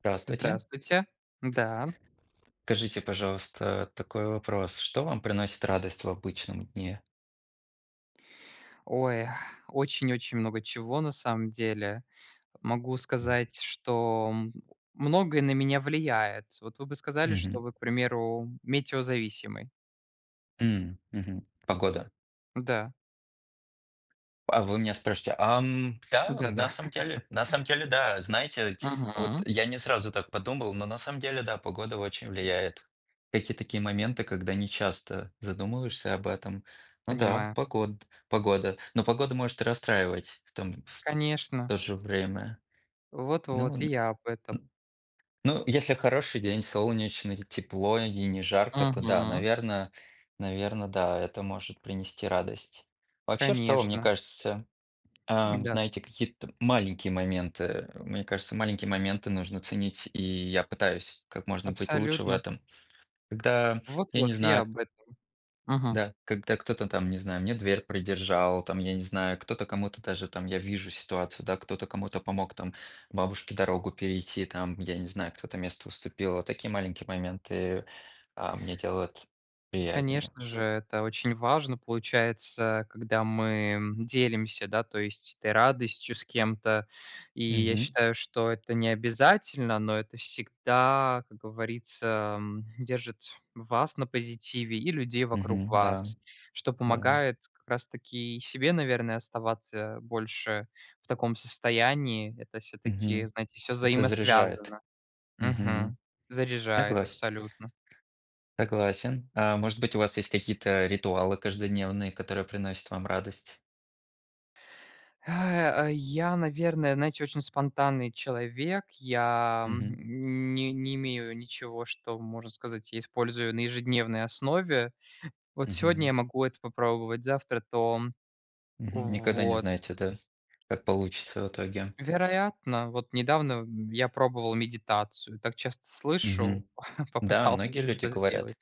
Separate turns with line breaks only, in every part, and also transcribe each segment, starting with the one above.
Здравствуйте.
Здравствуйте. Да.
Скажите, пожалуйста, такой вопрос. Что вам приносит радость в обычном дне?
Ой, очень-очень много чего на самом деле. Могу
М.
сказать, что многое на меня влияет. Вот вы бы сказали,
Мгм.
что вы, к примеру, метеозависимый.
М, мгм. Погода.
Да,
А вы меня спрашиваете, да,
да-да.
на самом деле, да. Знаете, вот
Мгм.
я не сразу так подумал, но на самом деле, да, погода очень влияет. Какие такие моменты, когда не часто задумываешься об этом. Ну да,
Понимаю.
погода. Но погода может и расстраивать в
Конечно.
то же время.
Вот-вот, и
Ну,
я об этом.
Ну, если хороший день, солнечный, тепло и не жарко, то да,
Мгм.
наверное, да, это может принести радость. Вообще, в целом, мне
Конечно.
кажется,
Да,
знаете, какие-то маленькие моменты, мне кажется, маленькие моменты нужно ценить, и я пытаюсь как можно быть лучше в
абсолютно.
этом. Когда, я не
Вот-вот, и я
знаю,
об этом. Мгм.
да, когда кто-то там, не знаю, мне дверь придержал, там, я не знаю, кто-то кому-то даже там, я вижу ситуацию, да, кто-то кому-то помог там бабушке дорогу перейти, там, я не знаю, кто-то место уступил. Вот такие маленькие моменты мне делают приятнее.
Конечно же, это очень важно, получается, когда мы делимся, да, то есть этой радостью с кем-то. И я
Мгм.
считаю, что это не обязательно, но это всегда, как говорится, держит вас на позитиве и людей вокруг
Мгм. Да,
вас, что
да.
помогает как раз-таки и себе, наверное, оставаться больше в таком состоянии. Это все-таки,
Мгм.
знаете, все
Это заряжает.
взаимосвязано.
Мгм.
Мгм. Заряжает
Согласен.
абсолютно.
Согласен. А может быть, у вас есть какие-то ритуалы каждодневные, которые приносят вам радость?
Я, наверное, знаете, очень спонтанный человек. Я,
Мгм.
не имею ничего, что, можно сказать, я использую на ежедневной основе. Вот сегодня
Мгм.
я могу это попробовать, завтра то.
Мгм. Никогда не
Вот.
знаете, да, как получится в итоге.
Вероятно, вот недавно, я пробовал медитацию. Так часто слышу,
Мгм. Да,
попытался
многие люди
что-то сделать.
говорят.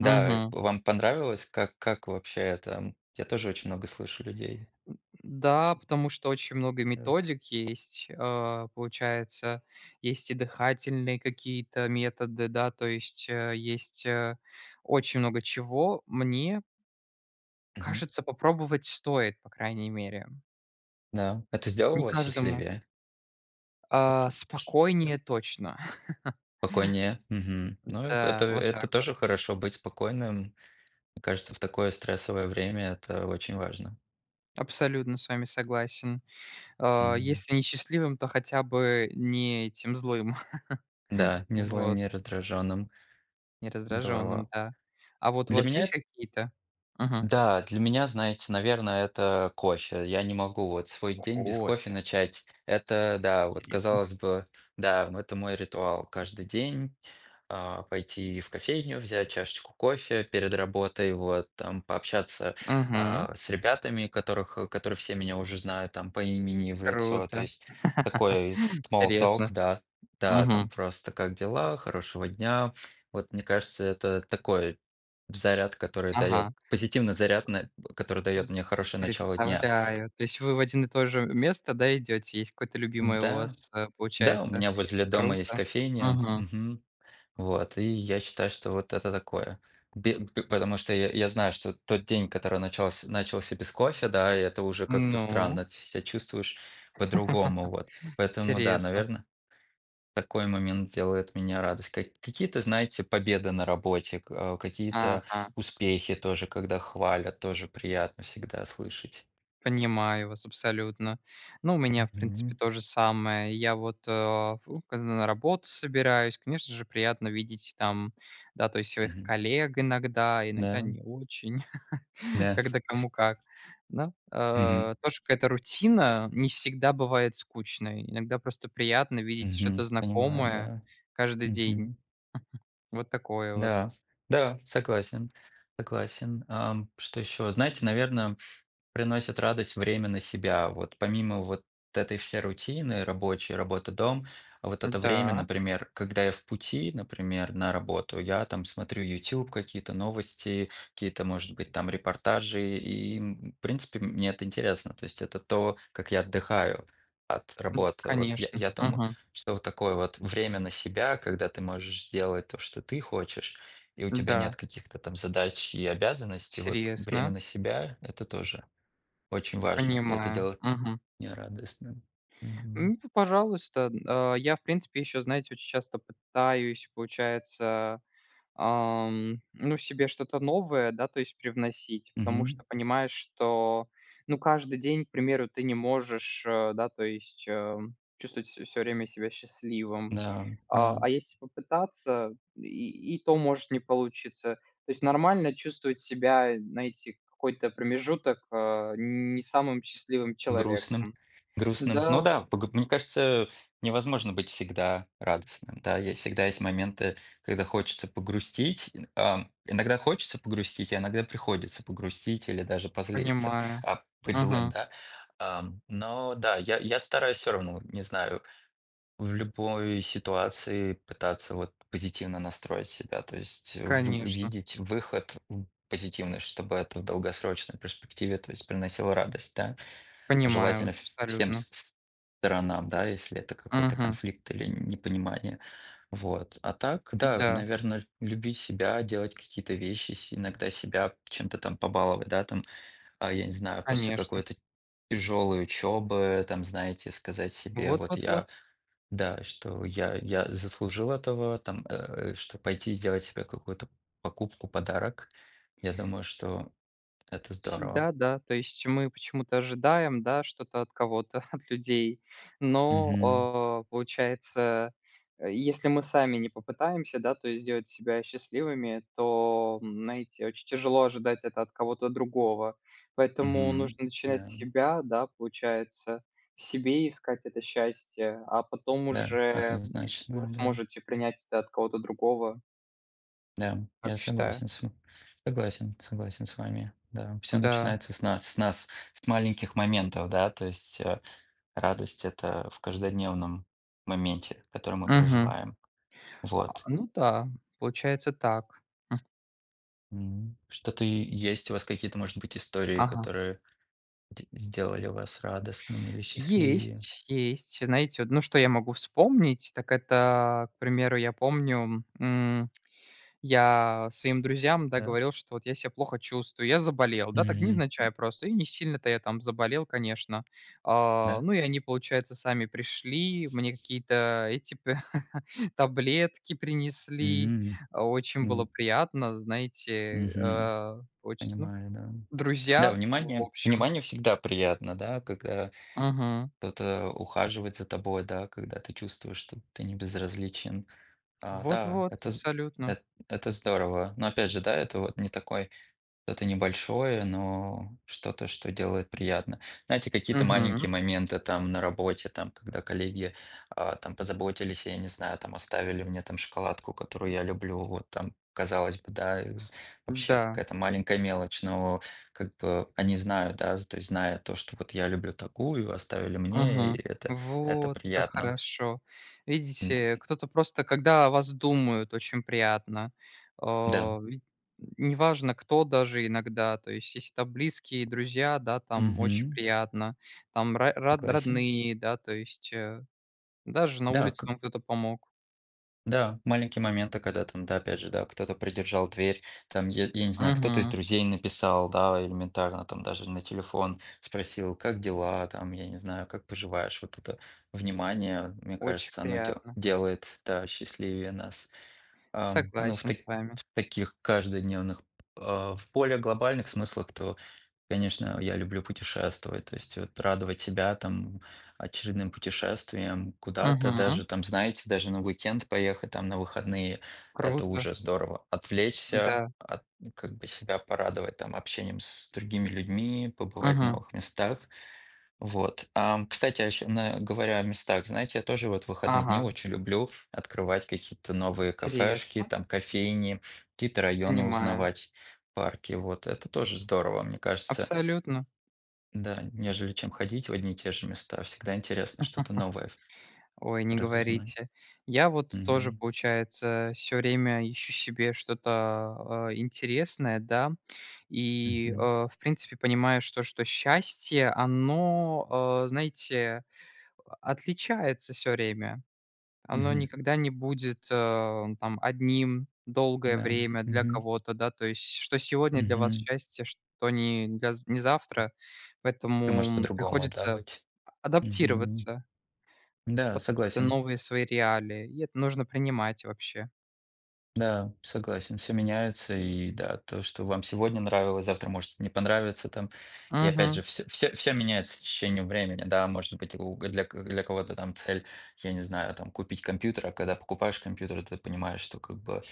Да,
Мгм.
вам понравилось? Как вообще это? Я тоже очень много слышу людей.
Да, потому что очень много
Вот.
методик есть. Получается, есть и дыхательные какие-то методы, да, то есть, есть, очень много чего. Мне
Мгм.
кажется, попробовать стоит, по крайней мере.
Да, это сделало
Не
вас
каждому.
счастливее? Вот то, что
Спокойнее точно.
спокойнее. Мгм. Ну,
Да,
это
вот
это
так вот.
тоже хорошо, быть спокойным. Мне кажется, в такое стрессовое время это очень важно.
Абсолютно с вами согласен.
М.
Если не счастливым, то хотя бы не этим злым.
Да, не злым,
Вот.
не раздраженным.
Не раздражённым,
Здорово.
да. А вот у
Для
вас есть
меня.
какие-то. Мгм.
Да, для меня, знаете, наверное, это кофе. Я не могу вот свой день без кофе
Кофе.
начать. Это, да, вот
Интересно.
казалось бы, да, это мой ритуал. Каждый день пойти в кофейню, взять чашечку кофе перед работой, вот, там, пообщаться
Мгм.
с ребятами, которые все меня уже знают, там, по имени в лицо. То
Круто.
есть такой small talk,
Интересно.
да, там
Мгм.
просто как дела, хорошего дня. Вот, мне кажется, это такой заряд, который дает
Ага.
позитивный заряд, на который дает
М.
мне хорошее начало дня.
Представляю. То есть вы в один и то же место, да, идёте? Есть какое-то любимое у
Да,
вас,
да, у
получается?
меня возле дома есть
Круто.
кофейня,
Угу.
мгм. Вот, и я считаю, что вот это такое. Потому что я знаю, что тот день, который начался, начался без кофе, да, и это уже как-то
Ну?
странно, ты себя чувствуешь по-другому, вот. Поэтому, да,
Интересно.
наверное, такой момент делает меня радость. Какие-то, знаете, победы на работе, какие-то
Ага.
успехи тоже, когда хвалят, тоже приятно всегда слышать.
Понимаю вас абсолютно. Ну, у меня, в принципе,
Мгм,
то же самое. Я вот, когда на работу собираюсь, конечно же, приятно видеть там, да, то есть своих
мгм.
коллег иногда, иногда
Да,
не очень,
да.
когда кому как. Да,
Мгм,
тоже какая-то рутина не всегда бывает скучной. Иногда просто приятно видеть что-то
мгм. Понимаю,
знакомое
да.
каждый день.
Мгм.
Вот такое вот.
Да, да, согласен, согласен. Что еще? Знаете, наверное. Приносит радость время на себя. Вот помимо вот этой всей рутины рабочей, работа, дом, а вот это время,
Да,
например, когда я в пути, например, на работу, я там смотрю YouTube, какие-то новости, какие-то, может быть, там репортажи, и, в принципе, мне это интересно. То есть это то, как я отдыхаю от работы. Вот я,
конечно.
я думаю,
Мгм.
что вот такое вот время на себя, когда ты можешь сделать то, что ты хочешь, и у тебя нет
Да,
каких-то там задач и обязанностей, вот время
интересно.
на себя это тоже. Очень важно, и это
Понимаю.
делает
Мгм.
меня радостным. Мгм.
Ну, п пожалуйста. Н а, я, в принципе, еще, знаете, очень часто пытаюсь, получается, ну, себе что-то новое, да, то есть привносить, потому
Мгм.
что понимаешь, что, ну, каждый день, к примеру, ты не можешь, да, то есть, чувствовать все время себя счастливым.
Да,
А,
да.
а если попытаться, и то может не получиться. То есть нормально чувствовать себя, знаете, какой-то промежуток, а, не самым счастливым
Грустным,
человеком.
грустным. Ну
Да.
да, пог мне кажется, невозможно быть всегда радостным. Да, е всегда есть моменты, когда хочется погрустить. Иногда хочется погрустить, а иногда приходится погрустить или даже позлиться,
Понимаю.
быть злым,
Мгм.
да. Но да, я стараюсь все равно, не знаю, в любой ситуации пытаться вот позитивно настроить себя, то есть
Конечно.
видеть выход в позитивный, чтобы это в долгосрочной перспективе, то есть приносило радость, да,
Понимаю
желательно
вас
всем
абсолютно.
сторонам, да, если это какой-то
Мгм.
конфликт или непонимание, вот. А так, да,
Да,
наверное, любить себя, делать какие-то вещи, иногда себя чем-то там побаловать, да, там, я не знаю, после
конечно.
какой-то тяжелой учебы, там, знаете, сказать себе,
Вот
вот
вот вот.
я да, что я заслужил этого, там, что пойти и сделать себе какую-то покупку, подарок. Я думаю, что это здорово.
Всегда, да. То есть мы почему-то ожидаем, да, что-то от кого-то, от людей,
Мгм.
но, получается, если мы сами не попытаемся, да, то есть сделать себя счастливыми, то, знаете, очень тяжело ожидать это от кого-то другого. Поэтому
Мгм.
нужно
Да,
начинать с себя, да, получается, в себе искать это счастье, а потом
да,
уже, вы
однозначно, да.
сможете принять это от кого-то другого,
Да, я
как считаю.
согласен с ва согласен, согласен с вами. Да, все
Да.
начинается с нас, с маленьких моментов, да. То есть, радость — это в каждодневном моменте, который мы
Мгм.
проживаем. Вот.
Ну да, получается так. М,
М. Что-то и есть у вас какие-то, может быть, истории,
ага.
которые Д сделали вас радостным или счастливее,
Есть, есть. Знаете, вот, ну, что я могу вспомнить, так это, к примеру, я помню, я своим друзьям, да,
да?
говорил, что вот я себя плохо чувствую, я заболел, да, так
Мгм.
невзначай просто, и не сильно-то я там заболел, конечно.
Да.
Ну и они, получается, сами пришли, мне какие-то эти п таблетки принесли.
М.
Очень было
М.
приятно, знаете,
Мгм.
э, оч ну,
Понимаю, да. Да,
друзья, в
внимание
общем.
внимание всегда приятно, да, когда
Мгм.
кто-то ухаживает за тобой, да, когда ты чувствуешь, что ты не безразличен. А, да,
Вот-вот,
это з
абсолютно.
эт это здорово. Но опять же, да, это вот не такой. Что-то небольшое, но что-то, что делает приятно. Знаете, какие-то
Мгм.
маленькие моменты там на работе, там, когда коллеги там позаботились, я не знаю, там оставили мне там шоколадку, которую я люблю, вот там, казалось бы, да, и вообще
Да.
какая-то маленькая мелочь, но как бы они знают, да, то есть зная то, что вот я люблю такую, оставили мне,
Мгм.
и это
Вот как
приятно.
хорошо.
М.
Видите, кто-то просто, когда о вас думают, очень приятно.
Да.
Ведь неважно, кто даже иногда, то есть если там близкие, друзья, да, там очень
Мгм.
приятно, там ра род
Согласен.
родные, да, то есть, даже на
Да,
улице
как-
вам кто-то помог.
Да, маленькие моменты, когда там, да, опять же, да, кто-то придержал дверь, там, я не знаю, кто-то из
Мгм.
друзей написал, да, элементарно, там, даже на телефон спросил, как дела, там, я не знаю, как поживаешь, вот это внимание, мне
Очень
кажется, оно
приятно.
делает, да, счастливее нас. Ну,
Согласен с вами.
в таких каждодневных, в более глобальных смыслах, то, конечно, я люблю путешествовать, то есть вот радовать себя там очередным путешествием куда-то,
Мгм.
даже там, знаете, даже на уикенд поехать, там на выходные — это
Круто.
уже здорово. Отвлечься,
Да.
от как бы себя порадовать там общением с другими людьми, побывать в
Мгм.
новых местах. Вот. Кстати, а еще на говоря о местах, знаете, я тоже вот в выходные дни
Ага.
очень люблю открывать какие-то новые кафешки,
Интересно,
там, кофейни, какие-то районы
понимаю.
узнавать, парки. Вот это тоже здорово, мне кажется.
Абсолютно.
Да, нежели чем ходить в одни и те же места. Всегда интересно что-то новое
Ой, не
разузнать.
говорите. Я вот тоже,
Мгм.
получается, все время ищу себе что-то, интересное, да. И,
Мгм.
в принципе, понимаю, что счастье, оно, знаете, отличается все время. Оно
Мгм.
никогда не будет, там одним долгое
Да.
время для
Мгм.
кого-то, да. То есть что сегодня для вас
Мгм.
счастье, что не для з не завтра.
И может
Поэтому
по-другому, да,
приходится
быть. Мгм.
адаптироваться
Да,
под какие-то
согласен.
новые свои реалии, и это нужно принимать вообще.
Да, согласен, все меняется, и да, то, что вам сегодня нравилось, завтра может не понравиться там. И опять же,
Мгм.
все меняется с течением времени, да, может быть, для кого-то там цель, я не знаю, там купить компьютер, а когда покупаешь компьютер, ты понимаешь, что как бы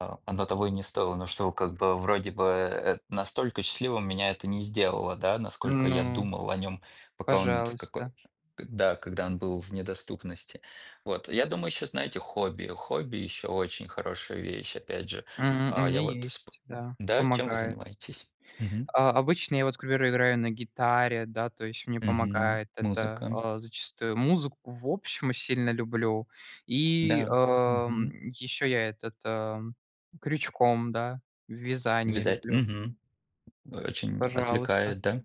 оно того и не стоило, но что как бы вроде бы настолько счастливым меня это не сделало, да, насколько я
Ну,
думал о нем, пока он в какой,
пожалуйста.
да, когда он был в недоступности. Вот, я думаю, еще, знаете, хобби. Хобби еще очень хорошая вещь, опять же.
У
Я
меня
вот.
есть, да,
Да, чем вы
помогает.
занимаетесь? Мгм.
Обычно я вот, к примеру, играю на гитаре, да, то есть мне
Мгм.
помогает это,
Музыка.
зачастую. Музыку в общем сильно люблю. И,
Да. Мгм.
еще я этот, крючком, да, вязание
Вязать.
люблю.
Мгм. Очень
Пожалуйста.
отвлекает, да?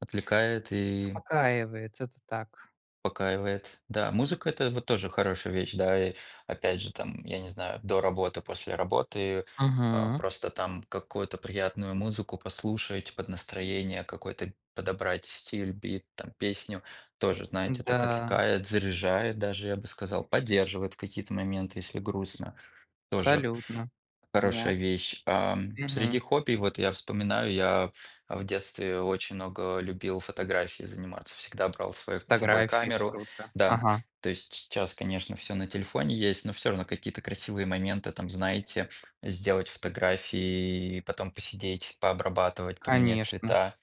Отвлекает и
Успокаивает, это так.
успокаивает. Да, музыка — это вот тоже хорошая вещь, да. И опять же, там, я не знаю, до работы, после работы,
Мгм.
просто там какую-то приятную музыку послушать, под настроение какой-то подобрать стиль, бит, там, песню. Тоже, знаете, так
Да.
отвлекает, заряжает даже, я бы сказал, поддерживает в какие-то моменты, если грустно, тоже.
Абсолютно.
Хорошая
Меня
вещь.
Мгм.
Среди хобби, вот я вспоминаю, я в детстве очень много любил фотографии заниматься, всегда брал с собой
Фотографии
камеру.
круто.
Да,
Ага,
то есть сейчас, конечно, все на телефоне есть, но все равно какие-то красивые моменты, там, знаете, сделать фотографии, потом посидеть, пообрабатывать, поменять
конечно,
цвета.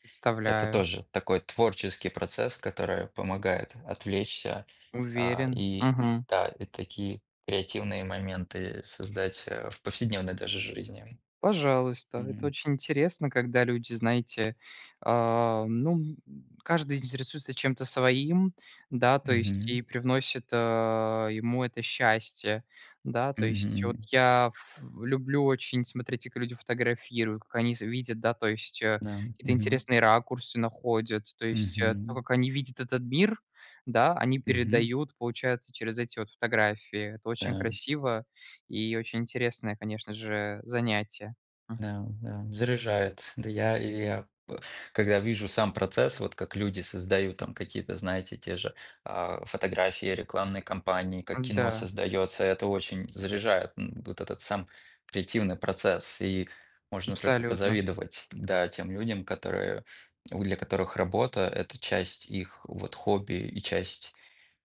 Это
представляю.
тоже такой творческий процесс, который помогает отвлечься.
Уверен.
И
Мгм.
да, и такие креативные моменты создать, в повседневной даже жизни.
Пожалуйста, это
М.
очень интересно, когда люди, знаете, ну, каждый интересуется чем-то своим, да, то есть и
Мгм.
привносит, ему это счастье, да, то есть вот
Мгм.
я люблю очень смотреть, как люди фотографируют, как они видят, да, то есть
Да.
какие-то
Мгм.
интересные ракурсы находят, то есть то,
Мгм.
как они видят этот мир, да, они
Мгм.
передают, получается, через эти вот фотографии. Это очень
Да.
красиво и очень интересное, конечно же, занятие.
Да, да, заряжает. Да я, когда вижу сам процесс, вот как люди создают там какие-то, знаете, те же, фотографии, рекламные кампании, как кино
Да,
создается, это очень заряжает, вот этот сам креативный процесс. И можно только
абсолютно.
позавидовать, да, тем людям, которые, у для которых работа — это часть их вот хобби и часть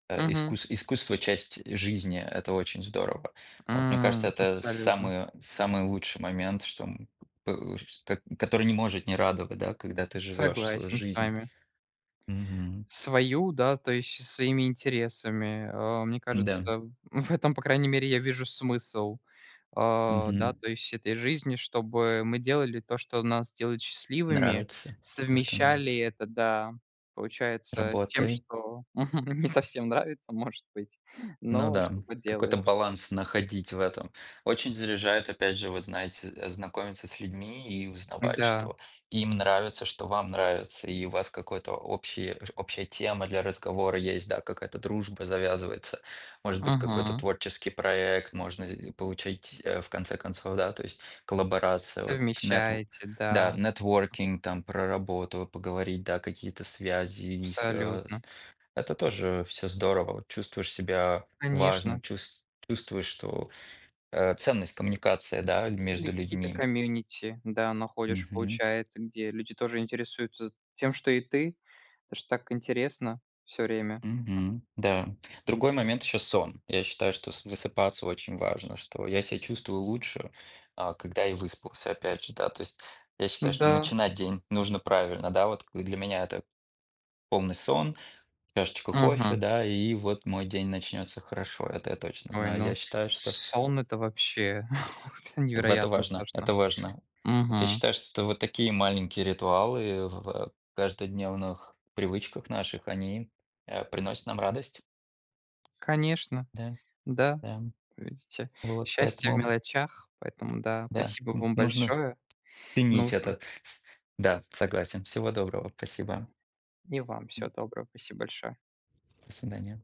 Мгм.
Искусство — часть жизни. Это очень здорово. Вот, мне кажется, это
Абсолютно.
самый самый лучший момент, что, п ш ко который не может не радовать, да, когда ты живешь свою
Согласен с
жизнь.
вами.
Мгм.
Свою, да, то есть своими интересами. Мне
Да.
кажется, в этом, по крайней мере, я вижу смысл, да,
Мгм.
то есть этой жизни, чтобы мы делали то, что нас делает счастливыми,
Нравится. То, что
совмещали
нравится.
это, да, получается, с тем,
Работай.
что не совсем нравится, может быть,
Ну
но
да,
что
какой-то
поделаешь.
баланс находить в этом. Очень заряжает, опять же, вы знаете, знакомиться с людьми и узнавать,
Да,
что им нравится, что вам нравится, и у вас какой-то общая тема для разговора есть, да, какая-то дружба завязывается, может быть, какой-то
мгм.
творческий проект можно получить, в конце концов, да, то есть коллаборация, вот нет,
Совмещаете,
да,
да.
нетворкинг, там, про работу поговорить, да, какие-то связи, и
Абсолютно.
это тоже все здорово. Вот чувствуешь себя важным,
Конечно.
чувствуешь, что, ценность коммуникации, да,
Или
между
какие-то
людьми.
комьюнити, да, находишь,
Мгм.
получается, где люди тоже интересуются тем, что и ты. Это ж так интересно все время.
Мгм. Да. Другой момент еще сон. Я считаю, что с высыпаться очень важно, что я себя чувствую лучше, когда я выспался, опять же, да. То есть я считаю, что
Да.
начинать день нужно правильно, да. Вот к для меня это полный сон, чашечка кофе,
Мгм.
да, и вот мой день начнется хорошо. Это я точно
Ой,
знаю. Я
ну,
считаю, что
сон — это вообще это
В это
невероятно
важно,
важно.
это важно. Вот я
Мгм.
считаю, что вот такие маленькие ритуалы в каждодневных привычках наших, они, приносят нам радость.
Конечно,
Да,
да,
да.
видите,
Вот
счастье в
поэтому,
мелочах, поэтому да,
да,
спасибо
н
вам
нужно
большое.
ценить
Нужно.
это. С Да, согласен. Всего доброго. Спасибо.
И вам всего
М.
доброго. Спасибо большое.
До свидания.